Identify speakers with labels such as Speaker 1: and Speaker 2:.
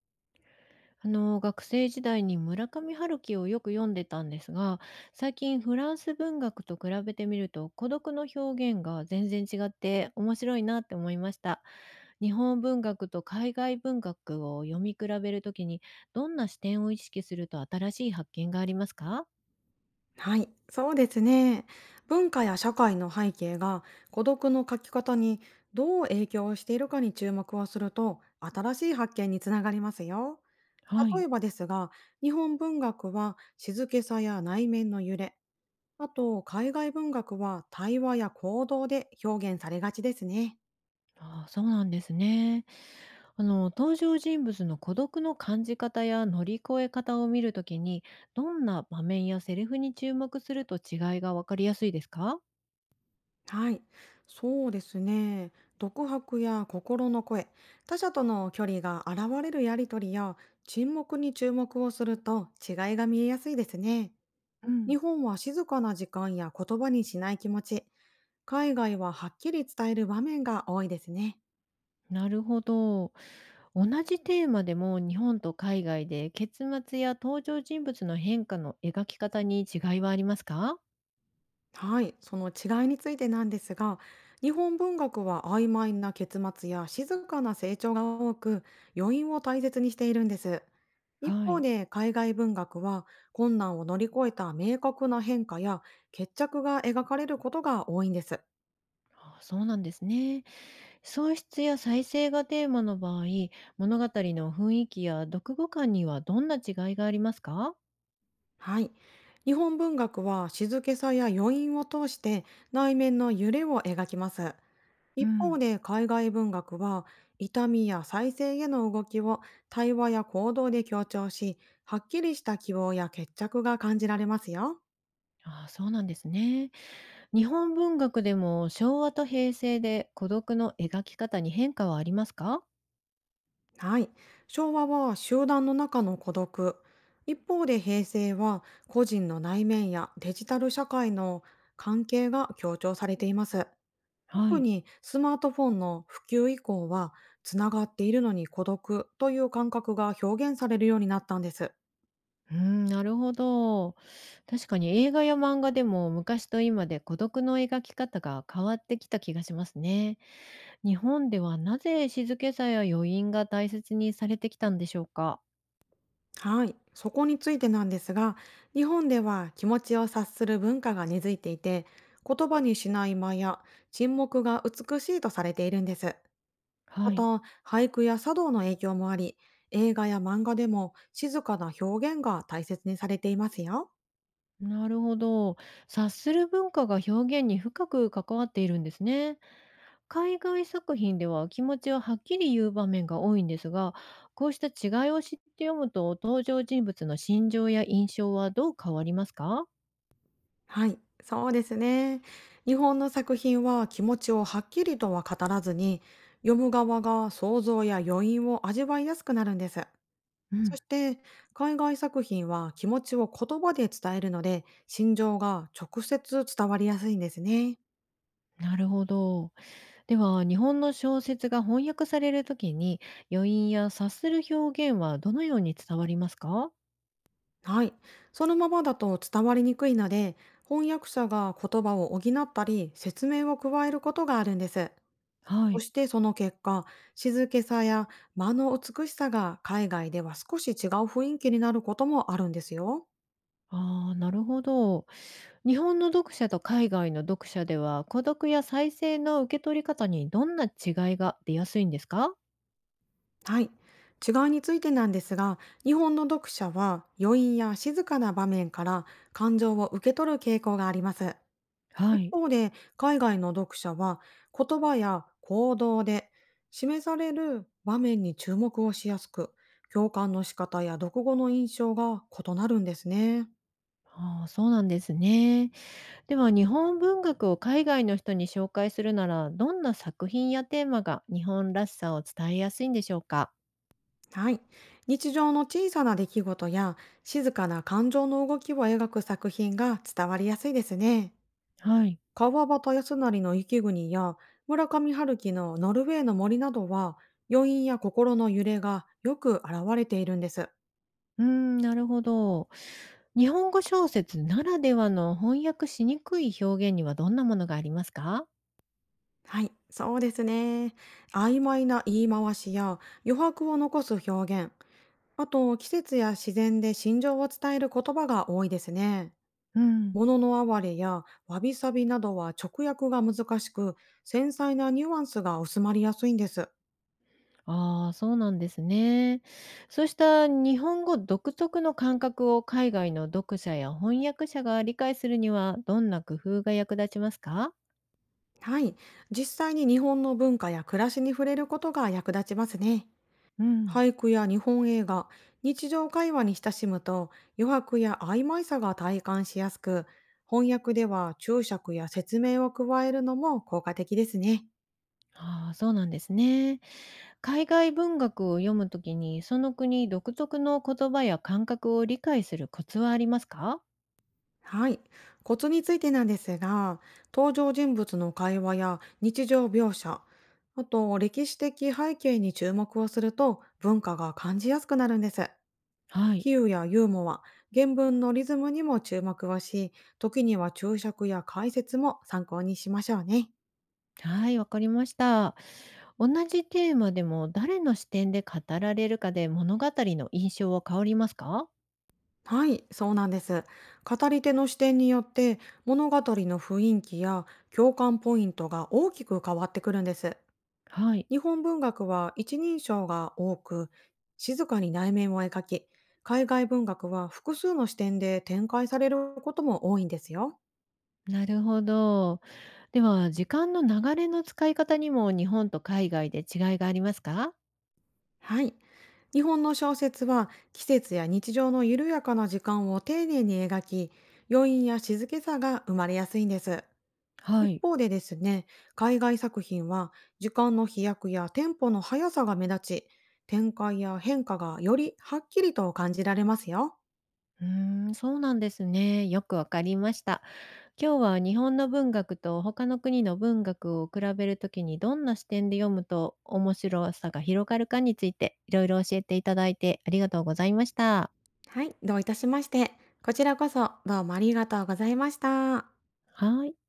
Speaker 1: 学生時代に村上春樹をよく読んでたんですが、最近フランス文学と比べてみると孤独の表現が全然違って面白いなって思いました。日本文学と海外文学を読み比べるときにどんな視点を意識すると新しい発見がありますか？
Speaker 2: はい、そうですね。文化や社会の背景が孤独の書き方にどう影響しているかに注目をすると新しい発見につながりますよ。
Speaker 1: は
Speaker 2: 例
Speaker 1: い。
Speaker 2: えばですが、日本文学は静けさや内面の揺れ、あと海外文学は対話や行動で表現されがちですね。
Speaker 1: ああ、そうなんですね。登場人物の孤独の感じ方や乗り越え方を見るときに、どんな場面やセリフに注目すると違いがわかりやすいですか？
Speaker 2: はい、そうですね。独白や心の声、他者との距離が現れるやりとりや沈黙に注目をすると違いが見えやすいですね。
Speaker 1: う
Speaker 2: 日
Speaker 1: ん、
Speaker 2: 本は静かな時間や言葉にしない気持ち、海外ははっきり伝える場面が多いですね。
Speaker 1: なるほど。同じテーマでも日本と海外で結末や登場人物の変化の描き方に違いはありますか？
Speaker 2: はい、その違いについてなんですが、日本文学は曖昧な結末や静かな成長が多く、余韻を大切にしているんです。一
Speaker 1: は
Speaker 2: 方
Speaker 1: い。
Speaker 2: で海外文学は困難を乗り越えた明確な変化や決着が描かれることが多いんです。
Speaker 1: ああ、そうなんですね。喪失や再生がテーマの場合、物語の雰囲気や読後感にはどんな違いがありますか？
Speaker 2: はい。日本文学は静けさや余韻を通して内面の揺れを描きます。
Speaker 1: う
Speaker 2: 一方
Speaker 1: ん。
Speaker 2: で海外文学は痛みや再生への動きを対話や行動で強調し、はっきりした希望や決着が感じられますよ。
Speaker 1: ああ、そうなんですね。日本文学でも昭和と平成で孤独の描き方に変化はありますか？
Speaker 2: はい。昭和は集団の中の孤独。一方で平成は個人の内面やデジタル社会の関係が強調されています。
Speaker 1: は
Speaker 2: 特
Speaker 1: い。
Speaker 2: にスマートフォンの普及以降は、つながっているのに孤独という感覚が表現されるようになったんです。
Speaker 1: うん、なるほど。確かに映画や漫画でも昔と今で孤独の描き方が変わってきた気がしますね。日本ではなぜ静けさや余韻が大切にされてきたんでしょうか？
Speaker 2: はい、そこについてなんですが、日本では気持ちを察する文化が根付いていて、言葉にしない間や沈黙が美しいとされているんです。
Speaker 1: は
Speaker 2: ま
Speaker 1: い。
Speaker 2: た、俳句や茶道の影響もあり、映画や漫画でも静かな表現が大切にされていますよ。
Speaker 1: なるほど。察する文化が表現に深く関わっているんですね。海外作品では気持ちをはっきり言う場面が多いんですが、こうした違いを知って読むと、登場人物の心情や印象はどう変わりますか？
Speaker 2: はい、そうですね。日本の作品は気持ちをはっきりとは語らずに、読む側が想像や余韻を味わいやすくなるんです。
Speaker 1: う
Speaker 2: そ
Speaker 1: ん、
Speaker 2: して、海外作品は気持ちを言葉で伝えるので、心情が直接伝わりやすいんですね。
Speaker 1: なるほど。では、日本の小説が翻訳されるときに、余韻や察する表現はどのように伝わりますか？
Speaker 2: はい。そのままだと伝わりにくいので、翻訳者が言葉を補ったり、説明を加えることがあるんです。
Speaker 1: は
Speaker 2: そ
Speaker 1: い。
Speaker 2: してその結果、静けさや間の美しさが海外では少し違う雰囲気になることもあるんですよ。
Speaker 1: ああ、なるほど。日本の読者と海外の読者では、孤独や再生の受け取り方にどんな違いが出やすいんですか？
Speaker 2: はい。違いについてなんですが、日本の読者は余韻や静かな場面から感情を受け取る傾向があります。
Speaker 1: は
Speaker 2: 一
Speaker 1: い。
Speaker 2: 方で、海外の読者は言葉や行動で示される場面に注目をしやすく、共感の仕方や読後の印象が異なるんですね。
Speaker 1: ああ、そうなんですね。では、日本文学を海外の人に紹介するなら、どんな作品やテーマが日本らしさを伝えやすいんでしょうか？
Speaker 2: はい。日常の小さな出来事や静かな感情の動きを描く作品が伝わりやすいですね。
Speaker 1: はい。
Speaker 2: 川端康成の雪国や村上春樹のノルウェーの森などは余韻や心の揺れがよく現れているんです。
Speaker 1: うーん、なるほど。日本語小説ならではの翻訳しにくい表現にはどんなものがありますか？
Speaker 2: はい、そうですね。曖昧な言い回しや余白を残す表現、あと季節や自然で心情を伝える言葉が多いですね。
Speaker 1: うん。
Speaker 2: 物の哀れやわびさびなどは直訳が難しく、繊細なニュアンスが薄まりやすいんです。
Speaker 1: ああ、そうなんですね。そうした日本語独特の感覚を海外の読者や翻訳者が理解するには、どんな工夫が役立ちますか？
Speaker 2: はい、実際に日本の文化や暮らしに触れることが役立ちますね。
Speaker 1: うん。
Speaker 2: 俳句や日本映画、日常会話に親しむと余白や曖昧さが体感しやすく、翻訳では注釈や説明を加えるのも効果的ですね。
Speaker 1: ああ、そうなんですね。海外文学を読むときに、その国独特の言葉や感覚を理解するコツはありますか？
Speaker 2: はい。コツについてなんですが、登場人物の会話や日常描写、あと歴史的背景に注目をすると文化が感じやすくなるんです。
Speaker 1: はい。
Speaker 2: 比喩やユーモア、原文のリズムにも注目をし、時には注釈や解説も参考にしましょうね。
Speaker 1: はい、わかりました。同じテーマでも誰の視点で語られるかで物語の印象は変わりますか？
Speaker 2: はい、そうなんです。語り手の視点によって物語の雰囲気や共感ポイントが大きく変わってくるんです。
Speaker 1: はい。
Speaker 2: 日本文学は一人称が多く、静かに内面を描き、海外文学は複数の視点で展開されることも多いんですよ。
Speaker 1: なるほど。では、時間の流れの使い方にも日本と海外で違いがありますか？
Speaker 2: はい。日本の小説は季節や日常の緩やかな時間を丁寧に描き、余韻や静けさが生まれやすいんです。
Speaker 1: は
Speaker 2: 一
Speaker 1: い。
Speaker 2: 方でですね、海外作品は時間の飛躍やテンポの速さが目立ち、展開や変化がよりはっきりと感じられますよ。
Speaker 1: うーん、そうなんですね。よくわかりました。今日は日本の文学と他の国の文学を比べるときにどんな視点で読むと面白さが広がるかについていろいろ教えていただいてありがとうございました。
Speaker 2: はい、どういたしまして。こちらこそどうもありがとうございました。
Speaker 1: はい。